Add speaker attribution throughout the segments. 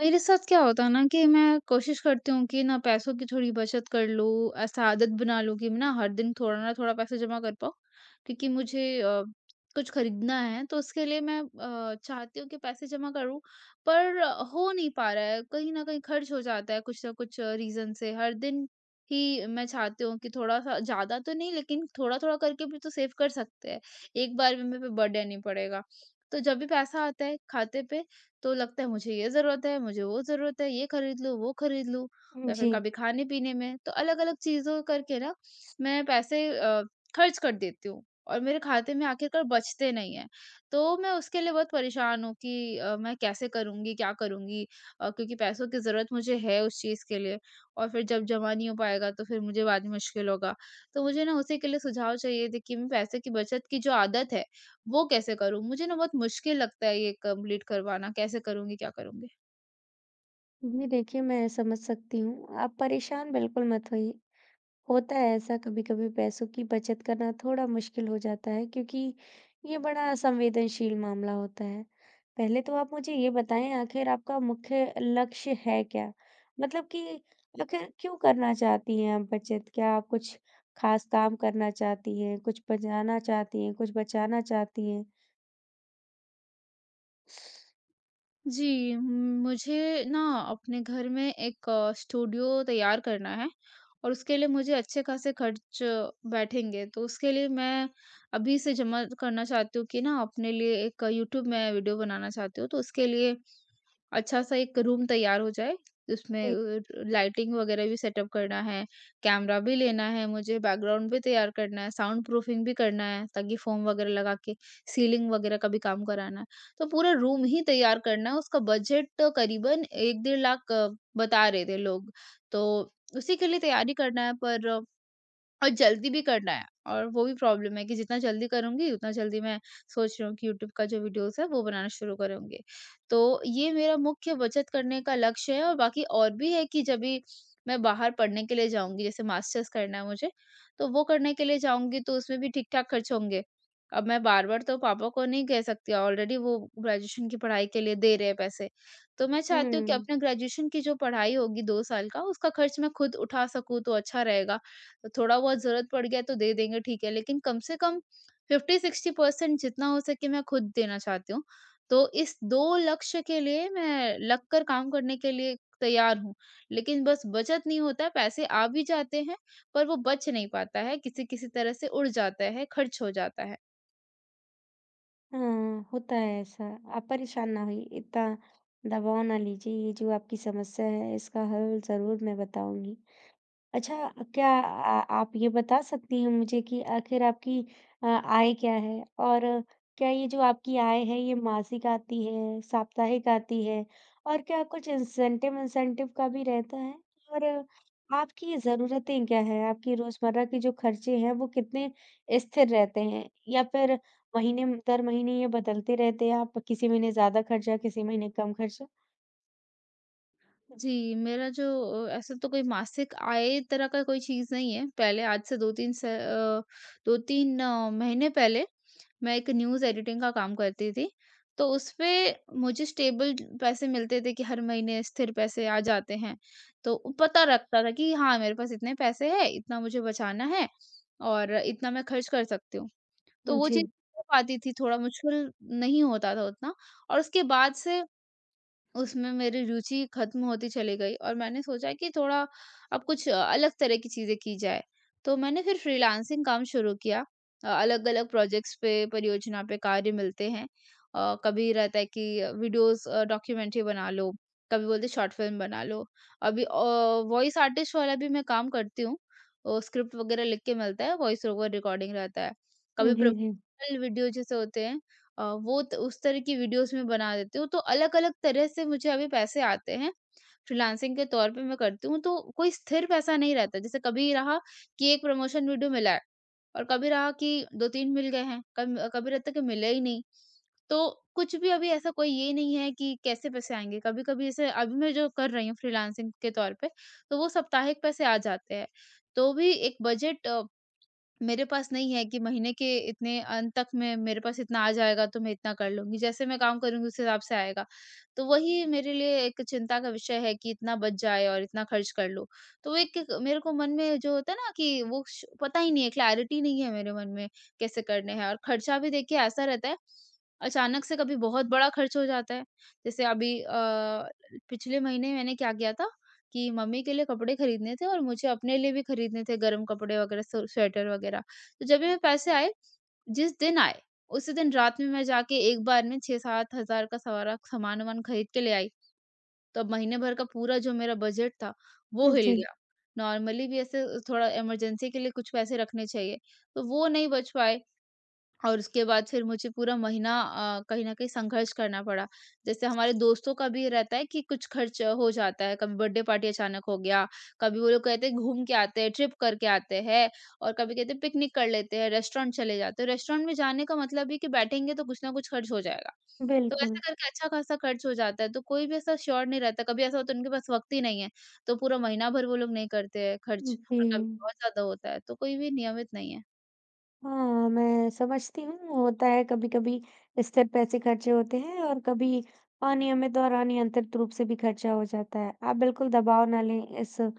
Speaker 1: मेरे साथ क्या होता है ना कि मैं कोशिश करती हूँ कि ना पैसों की थोड़ी बचत कर लूँ, ऐसा आदत बना लूँ कि मैं ना हर दिन थोड़ा ना थोड़ा पैसा जमा कर पाऊँ, क्योंकि मुझे कुछ खरीदना है, तो उसके लिए मैं चाहती हूँ कि पैसे जमा करूँ, पर हो नहीं पा रहा है, कहीं न कहीं खर्च हो जाता है कुछ ना कुछ रीज़न से। हर दिन ही मैं चाहती हूँ कि थोड़ा-सा ज़्यादा तो नहीं, लेकिन थोड़ा-थोड़ा करके भी तो सेव कर सकते हैं, एक बार में मेरे पे बर्डन नहीं पड़ेगा। तो जब भी पैसा आता है खाते पे, तो लगता है मुझे ये ज़रूरत है, मुझे वो ज़रूरत है, ये खरीद लूँ, वो खरीद लूँ या फिर
Speaker 2: जी,
Speaker 1: कभी खाने-पीने में। तो अलग-अलग चीज़ों करके ना मैं पैसे खर्च कर देती हूँ और मेरे खाते में आखिरकार बचते नहीं हैं। तो मैं उसके लिए बहुत परेशान हूँ कि मैं कैसे करूँगी, क्या करूँगी? क्योंकि पैसों की ज़रूरत मुझे है उस चीज़ के लिए, और फिर जब जमा नहीं हो पाएगा, तो फिर मुझे बाद में मुश्किल होगा। तो मुझे ना उसी के लिए सुझाव चाहिए थे कि मैं पैसे की बचत की जो आदत है, वो कैसे करूँ? मुझे ना बहुत मुश्किल लगता है ये कंप्लीट करवाना, कैसे करूँगी, क्या करूँगी?
Speaker 2: जी देखिए मैं समझ सकती हूँ। आप परेशान बिल्कुल मत होइए। होता है ऐसा कभी-कभी पैसों की बचत करना थोड़ा मुश्किल हो जाता है क्योंकि ये बड़ा संवेदनशील मामला होता है। पहले तो आप मुझे ये बताएँ आखिर आपका मुख्य लक्ष्य है क्या? मतलब कि आखिर क्यों करना चाहती हैं आप बचत? क्या आप कुछ ख़ास काम करना चाहती हैं? कुछ बचाना चाहती हैं? कुछ बचाना चाहती हैं?
Speaker 1: जी, मुझे ना अपने घर में एक स्टूडियो तैयार करना है, और उसके लिए मुझे अच्छे खासे खर्च बैठेंगे, तो उसके लिए मैं अभी से जमा करना चाहती हूँ कि ना। अपने लिए एक यूट्यूब में वीडियो बनाना चाहती हूँ, तो उसके लिए अच्छा सा एक रूम तैयार हो जाए, उसमें
Speaker 2: जी।
Speaker 1: लाइटिंग वगैरह भी सेटअप करना है, कैमरा भी लेना है मुझे, बैकग्राउंड भी तैयार करना है, साउंड प्रूफिंग भी करना है, ताकि फ़ोम वगैरह लगा के सीलिंग वगैरह का भी काम कराना है। तो पूरा रूम ही तैयार करना है, उसका बजट तो करीबन 1 1.5 लाख बता रहे थे लोग, तो उसी के लिए तैयारी करना है। पर और जल्दी भी करना है, और वो भी प्रॉब्लम है कि जितना जल्दी करूँगी, उतना जल्दी मैं सोच रही हूँ कि यूट्यूब का जो वीडियोस है वो बनाना शुरू करूँगी। तो ये मेरा मुख्य बचत करने का लक्ष्य है, और बाकी और भी है कि जब भी मैं बाहर पढ़ने के लिए जाऊँगी, जैसे मास्टर्स करना है मुझे, तो वो करने के लिए जाऊँगी, तो उसमें भी ठीक-ठाक खर्च होंगे। अब मैं बार-बार तो पापा को नहीं कह सकती, ऑलरेडी वो ग्रेजुएशन की पढ़ाई के लिए दे रहे हैं पैसे। तो मैं चाहती हूँ कि
Speaker 2: हुँ।
Speaker 1: अपने ग्रेजुएशन की जो पढ़ाई होगी, 2 साल का उसका खर्च मैं खुद उठा सकूँ तो अच्छा रहेगा। तो थोड़ा बहुत ज़रूरत पड़ गया तो दे देंगे, ठीक है, लेकिन कम से कम 50-60% जितना हो सके मैं खुद देना चाहती हूँ। तो इस 2 लक्ष्य के लिए मैं लग कर काम करने के लिए तैयार हूँ, लेकिन बस बचत नहीं होता, पैसे आ भी जाते हैं, पर वो बच नहीं पाता है, किसी-किसी तरह से उड़ जाता है, खर्च हो जाता है।
Speaker 2: हाँ, होता है ऐसा। आप परेशान ना होइए, इतना दबाव ना लीजिए। ये जो आपकी समस्या है, इसका हल ज़रूर मैं बताऊँगी। अच्छा, क्या आ आप ये बता सकती हैं मुझे कि आखिर आपकी आय क्या है? और क्या ये जो आपकी आय है, ये मासिक आती है, साप्ताहिक आती है? और क्या कुछ इंसेंटिव-विन्सेंटिव का भी रहता है? और आपकी ज़रूरतें क्या हैं? आपकी रोज़मर्रा के जो खर्चे हैं, वो कितने स्थिर रहते हैं? या फिर महीने दर महीने ये बदलते रहते हैं, आप किसी महीने ज़्यादा खर्चा, किसी महीने कम खर्चा?
Speaker 1: जी, मेरा जो ऐसा तो कोई मासिक आय तरह का कोई चीज़ नहीं है, पहले आज से 2-3 महीने पहले मैं एक न्यूज़ एडिटिंग का काम करती थी, तो उसपे मुझे स्टेबल पैसे मिलते थे, कि हर महीने स्थिर पैसे आ जाते हैं। तो पता लगता था कि हाँ, मेरे पास इतने पैसे हैं, इतना मुझे बचाना है और इतना मैं खर्च कर सकती हूँ। तो वो
Speaker 2: जी।
Speaker 1: चीज़ हो पाती थी, थोड़ा मुश्किल नहीं होता था उतना। और उसके बाद से उसमें मेरी रुचि खत्म होती चली गई, और मैंने सोचा कि थोड़ा अब कुछ अलग तरह की चीजें की जाए, तो मैंने फिर फ्रीलांसिंग काम शुरू किया। अलग अलग प्रोजेक्ट्स पे, परियोजना पे कार्य मिलते हैं कभी रहता है कि वीडियोस डॉक्यूमेंट्री बना लो, कभी बोलते शॉर्ट फिल्म बना लो, अभी वॉइस आर्टिस्ट वाला भी मैं काम करती हूँ, स्क्रिप्ट वगैरह लिख के मिलता है, वॉइस ओवर रिकॉर्डिंग रहता है, कभी
Speaker 2: जी, जी।
Speaker 1: प्रमोशनल वीडियो जैसे होते हैं वो त उस तरह की वीडियोज़ मैं बना देती हूँ, तो अलग-अलग तरह से मुझे अभी पैसे आते हैं। फ्रीलांसिंग के तौर पे मैं करती हूँ, तो कोई स्थिर पैसा नहीं रहता। जैसे कभी रहा कि एक प्रमोशन वीडियो मिला है, और कभी रहा कि 2-3 मिल गए हैं, कम कभी रहता है कि मिले ही नहीं। तो कुछ भी अभी ऐसा कोई ये नहीं है कि कैसे पैसे आएँगे। कभी-कभी जैसे अभी मैं जो कर रही हूँ फ्रीलांसिंग के तौर पे, तो वो साप्ताहिक पैसे आ जाते हैं। तो भी एक बजट मेरे पास नहीं है कि महीने के इतने अंत तक में मेरे पास इतना आ जाएगा तो मैं इतना कर लूँगी। जैसे मैं काम करूँगी उस हिसाब से आएगा। तो वही मेरे लिए एक चिंता का विषय है कि इतना बच जाए और इतना खर्च कर लूँ। तो वो एक एक मेरे को मन में जो होता है ना कि वो श पता ही नहीं है, क्लैरिटी नहीं है मेरे मन में कैसे करने हैं। और खर्चा भी देखिए ऐसा रहता है, अचानक से कभी बहुत बड़ा खर्च हो जाता है। जैसे अभी पिछले महीने मैंने क्या किया था कि मम्मी के लिए कपड़े खरीदने थे, और मुझे अपने लिए भी खरीदने थे गर्म कपड़े वगैरह, स्वेटर वगैरह। तो जब भी मेरे पैसे आए, जिस दिन आए, उसी दिन रात में मैं जाके एक बार में 6-7 हज़ार का सारा सामान-वामान खरीद के ले आई। तो अब महीने भर का पूरा जो मेरा बजट था, वो हिल
Speaker 2: जी,
Speaker 1: गया। नॉर्मली भी ऐसे थोड़ा इमरजेंसी के लिए कुछ पैसे रखने चाहिए, तो वो नहीं बच पाए। और उसके बाद फिर मुझे पूरा महीना कहीं न कहीं संघर्ष करना पड़ा। जैसे हमारे दोस्तों का भी रहता है कि कुछ खर्च हो जाता है, कभी बर्थडे पार्टी अचानक हो गया, कभी वो लोग कहते हैं घूम के आते हैं, ट्रिप करके आते हैं, और कभी कहते हैं पिकनिक कर लेते हैं, रेस्टोरेंट चले जाते हैं। रेस्टोरेंट में जाने का मतलब है कि बैठेंगे तो कुछ न कुछ खर्च हो जाएगा। तो
Speaker 2: बिल्कुल।
Speaker 1: ऐसे करके अच्छा खासा खर्च हो जाता है, तो कोई भी ऐसा श्योर नहीं रहता। कभी ऐसा होता है उनके पास वक़्त ही नहीं है, तो पूरा महीना भर वो लोग नहीं करते हैं खर्च,
Speaker 2: जी।
Speaker 1: और कभी बहुत ज़्यादा होता है, तो कोई भी नियमित नहीं है।
Speaker 2: हाँ, मैं समझती हूँ, होता है कभी-कभी स्थिर पैसे खर्चे होते हैं और कभी अनियमित और अनियंत्रित रूप से भी खर्चा हो जाता है। आप बिल्कुल दबाव ना लें इस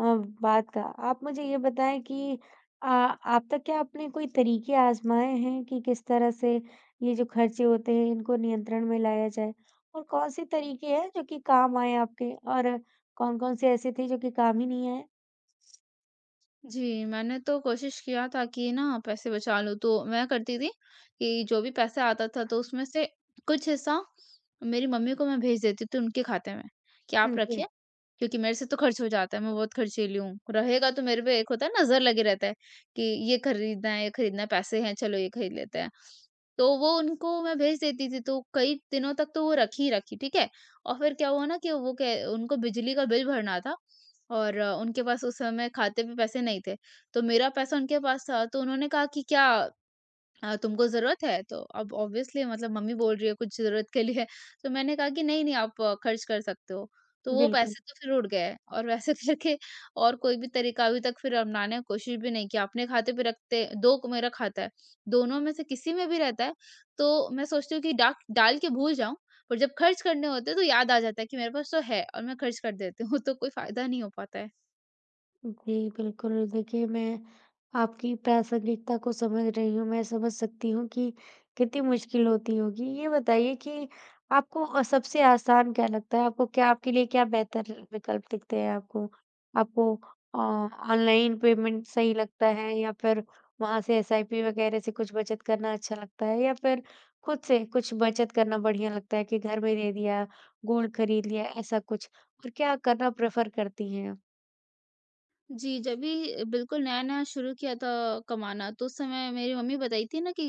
Speaker 2: बात का। आप मुझे ये बताएँ कि आप तक क्या आपने कोई तरीके आज़माए हैं कि किस तरह से ये जो खर्चे होते हैं इनको नियंत्रण में लाया जाए? और कौन-से तरीके हैं जो कि काम आए आपके और कौन-कौन से ऐसे थे जो कि काम ही नहीं आए?
Speaker 1: जी, मैंने तो कोशिश किया था कि ना पैसे बचा लूँ, तो मैं करती थी कि जो भी पैसा आता था तो उसमें से कुछ हिस्सा मेरी मम्मी को मैं भेज देती थी उनके खाते में, कि आप
Speaker 2: हुँ, जी,
Speaker 1: रखिए, क्योंकि मेरे से तो खर्च हो जाता है, मैं बहुत खर्चीली हूँ। रहेगा तो मेरे पे एक होता है, नज़र लगे रहता है कि ये खरीदना है, पैसे हैं चलो ये खरीद लेते हैं। तो वो उनको मैं भेज देती थी, तो कई दिनों तक तो वो रखी ही रखी, ठीक है? और फिर क्या हुआ ना कि वो कह उनको बिजली का बिल भरना था, और उनके पास उस समय खाते पे पैसे नहीं थे। तो मेरा पैसा उनके पास था, तो उन्होंने कहा कि क्या तुमको ज़रूरत है? तो अब ऑब्वियसली मतलब मम्मी बोल रही है कुछ ज़रूरत के लिए, तो मैंने कहा कि नहीं, नहीं आप खर्च कर सकते हो। तो वो
Speaker 2: बिल्कुल।
Speaker 1: पैसे तो फिर उड़ गए, और वैसे करके और कोई भी तरीका अभी तक फिर अपनाने की कोशिश भी नहीं किया। अपने खाते पे रखते, 2 मेरा खाता है, दोनों में से किसी में भी रहता है, तो मैं सोचती हूँ कि डाक डाल के भूल जाऊँ, पर जब खर्च करने होते हैं तो याद आ जाता है कि मेरे पास तो है और मैं खर्च कर देती हूँ। तो कोई फ़ायदा नहीं हो पाता है।
Speaker 2: जी, बिल्कुल। देखिए, मैं आपकी प्रासंगिकता को समझ रही हूँ, मैं समझ सकती हूँ कि कितनी मुश्किल होती होगी। ये बताइए कि आपको सबसे आसान क्या लगता है? आपको क्या आपके लिए क्या बेहतर विकल्प दिखते हैं आपको? आपको ऑनलाइन पेमेंट सही लगता है या फिर वहाँ से एसआईपी वगैरह से कुछ बचत करना अच्छा लगता है या फिर खुद से कुछ बचत करना बढ़िया लगता है कि घर में दे दिया, गोल्ड खरीद लिया, ऐसा कुछ? और क्या करना प्रेफ़र करती हैं आप?
Speaker 1: जी, जब भी बिल्कुल नया-नया शुरू किया था कमाना, तो उस समय मेरी मम्मी बताई थी ना कि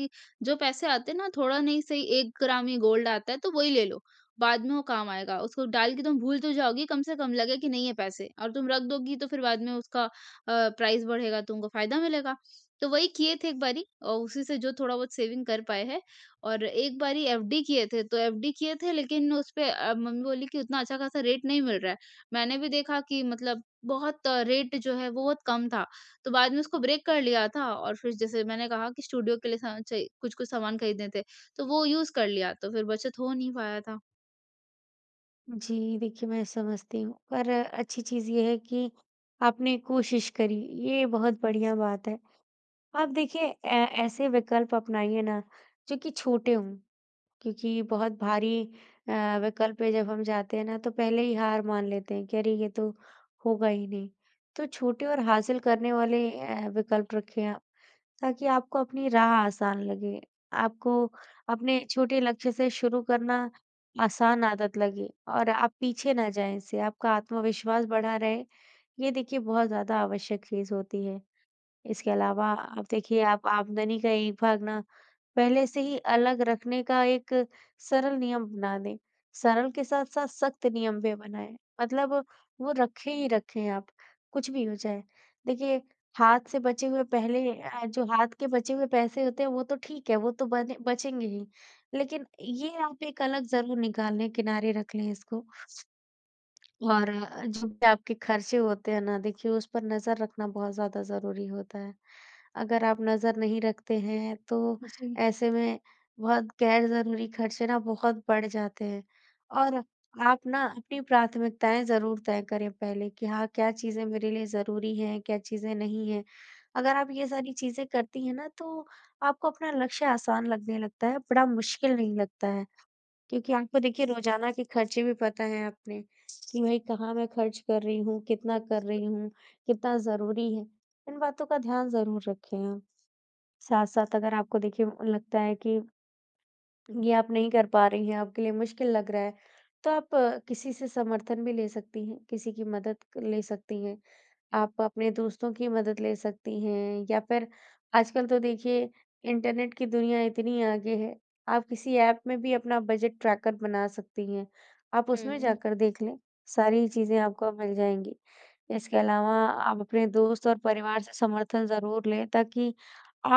Speaker 1: जो पैसे आते हैं ना, थोड़ा नहीं सही 1 ग्राम ही गोल्ड आता है, तो वही ले लो, बाद में वो काम आएगा। उसको डाल के तुम भूल तो जाओगी, कम से कम लगे कि नहीं है पैसे और तुम रख दोगी, तो फिर बाद में उसका प्राइस बढ़ेगा, तुमको फ़ायदा मिलेगा। तो वही किए थे एक बारी, और उसी से जो थोड़ा-बहुत सेविंग कर पाए हैं, और एक बारी एफडी किए थे, तो एफडी किए थे, लेकिन उस पे मम्मी बोली कि उतना अच्छा खासा रेट नहीं मिल रहा है। मैंने भी देखा कि मतलब बहुत रेट जो है वो बहुत कम था। तो बाद में उसको ब्रेक कर लिया था, और फिर जैसे मैंने कहा कि स्टूडियो के लिए सा चे कुछ-कुछ सामान खरीदने थे, तो वो यूज़ कर लिया, तो फिर बचत हो नहीं पाया था।
Speaker 2: जी, देखिए मैं समझती हूँ, पर अच्छी चीज़ ये है कि आपने कोशिश करी, ये बहुत बढ़िया बात है। आप देखिए ऐ ऐसे विकल्प अपनाइए ना, जो कि छोटे हों, क्योंकि बहुत भारी विकल्प पे जब हम जाते हैं ना, तो पहले ही हार मान लेते हैं कि अरे! ये तो होगा ही नहीं। तो छोटे और हासिल करने वाले विकल्प रखें आप। ताकि आपको अपनी राह आसान लगे, आपको अपने छोटे लक्ष्य से शुरू करना आसान आदत लगे और आप पीछे ना जाएँ इससे, आपका आत्मविश्वास बढ़ा रहे, ये देखिए बहुत ज़्यादा आवश्यक चीज़ होती है। इसके अलावा आप देखिए आप आमदनी का एक भाग ना पहले से ही अलग रखने का एक सरल नियम बना दें। सरल के साथ-साथ सख्त नियम भी बनाएँ। मतलब वो रखें ही रखें आप, कुछ भी हो जाए। देखिए हाथ से बचे हुए पहले अ, जो हाथ के बचे हुए पैसे होते हैं वो तो ठीक है, वो तो बने बचेंगे ही। लेकिन ये आप एक अलग ज़रूर निकाल लें, किनारे रख लें इसको। और जो भी आपके खर्चे होते हैं ना, देखिए उस पर नज़र रखना बहुत ज़्यादा ज़रूरी होता है। अगर आप नज़र नहीं रखते हैं, तो
Speaker 1: जी।
Speaker 2: ऐसे में बहुत गैर ज़रूरी खर्चे ना बहुत बढ़ जाते हैं। और आप ना अपनी प्राथमिकताएँ ज़रूर तय करें पहले कि हाँ, क्या चीज़ें मेरे लिए ज़रूरी हैं, क्या चीज़ें नहीं हैं। अगर आप ये सारी चीज़ें करती हैं ना, तो आपको अपना लक्ष्य आसान लगने लगता है, बड़ा मुश्किल नहीं लगता है। क्योंकि आपको देखिए रोज़ाना के खर्चे भी पता हैं अपने, कि भई कहाँ मैं खर्च कर रही हूँ, कितना कर रही हूँ, कितना ज़रूरी है। इन बातों का ध्यान ज़रूर रखें आप। साथ-साथ अगर आपको देखिए लगता है कि ये आप नहीं कर पा रही हैं, आपके लिए मुश्किल लग रहा है, तो आप किसी से समर्थन भी ले सकती हैं, किसी की मदद क- ले सकती हैं। आप अपने दोस्तों की मदद ले सकती हैं या फिर आजकल तो देखिए इंटरनेट की दुनिया इतनी आगे है, आप किसी ऐप में भी अपना बजट ट्रैकर बना सकती हैं। आप उसमें
Speaker 1: हुँ।
Speaker 2: जाकर देख लें, सारी चीज़ें आपको मिल जाएँगी। इसके अलावा आप अपने दोस्त और परिवार से समर्थन ज़रूर लें ताकि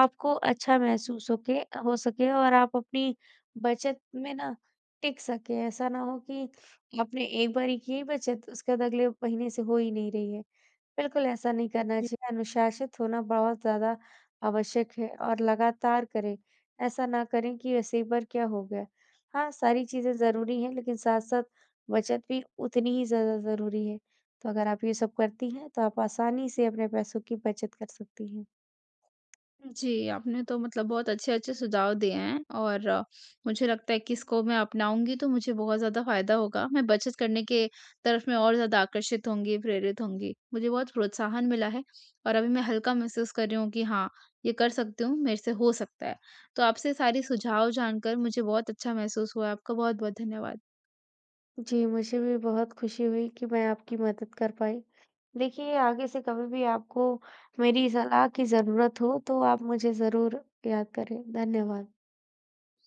Speaker 2: आपको अच्छा महसूस होके हो सके और आप अपनी बचत में ना टिक सके। ऐसा ना हो कि आपने एक बारी की बचत, उसके बाद अगले महीने से हो ही नहीं रही है। बिल्कुल ऐसा नहीं करना चाहिए। अनुशासित होना बहुत ज़्यादा आवश्यक है और लगातार करें। ऐसा ना करें कि वैसे एक बार क्या हो गया। हाँ, सारी चीज़ें ज़रूरी हैं लेकिन साथ-साथ बचत भी उतनी ही ज़्यादा ज़रूरी है। तो अगर आप ये सब करती हैं तो आप आसानी से अपने पैसों की बचत कर सकती हैं।
Speaker 1: जी, आपने तो मतलब बहुत अच्छे-अच्छे सुझाव दिए हैं, और मुझे लगता है कि इसको मैं अपनाऊँगी तो मुझे बहुत ज़्यादा फ़ायदा होगा। मैं बचत करने के तरफ मैं और ज़्यादा आकर्षित होंगी, प्रेरित होंगी। मुझे बहुत प्रोत्साहन मिला है, और अभी मैं हल्का महसूस कर रही हूँ कि हाँ, ये कर सकती हूँ, मेरे से हो सकता है। तो आपसे सारी सुझाव जानकर मुझे बहुत अच्छा महसूस हुआ। आपका बहुत-बहुत धन्यवाद।
Speaker 2: जी, मुझे भी बहुत खुशी हुई कि मैं आपकी मदद कर पाई। देखिए, आगे से कभी भी आपको मेरी सलाह की ज़रूरत हो, तो आप मुझे ज़रूर याद करें। धन्यवाद।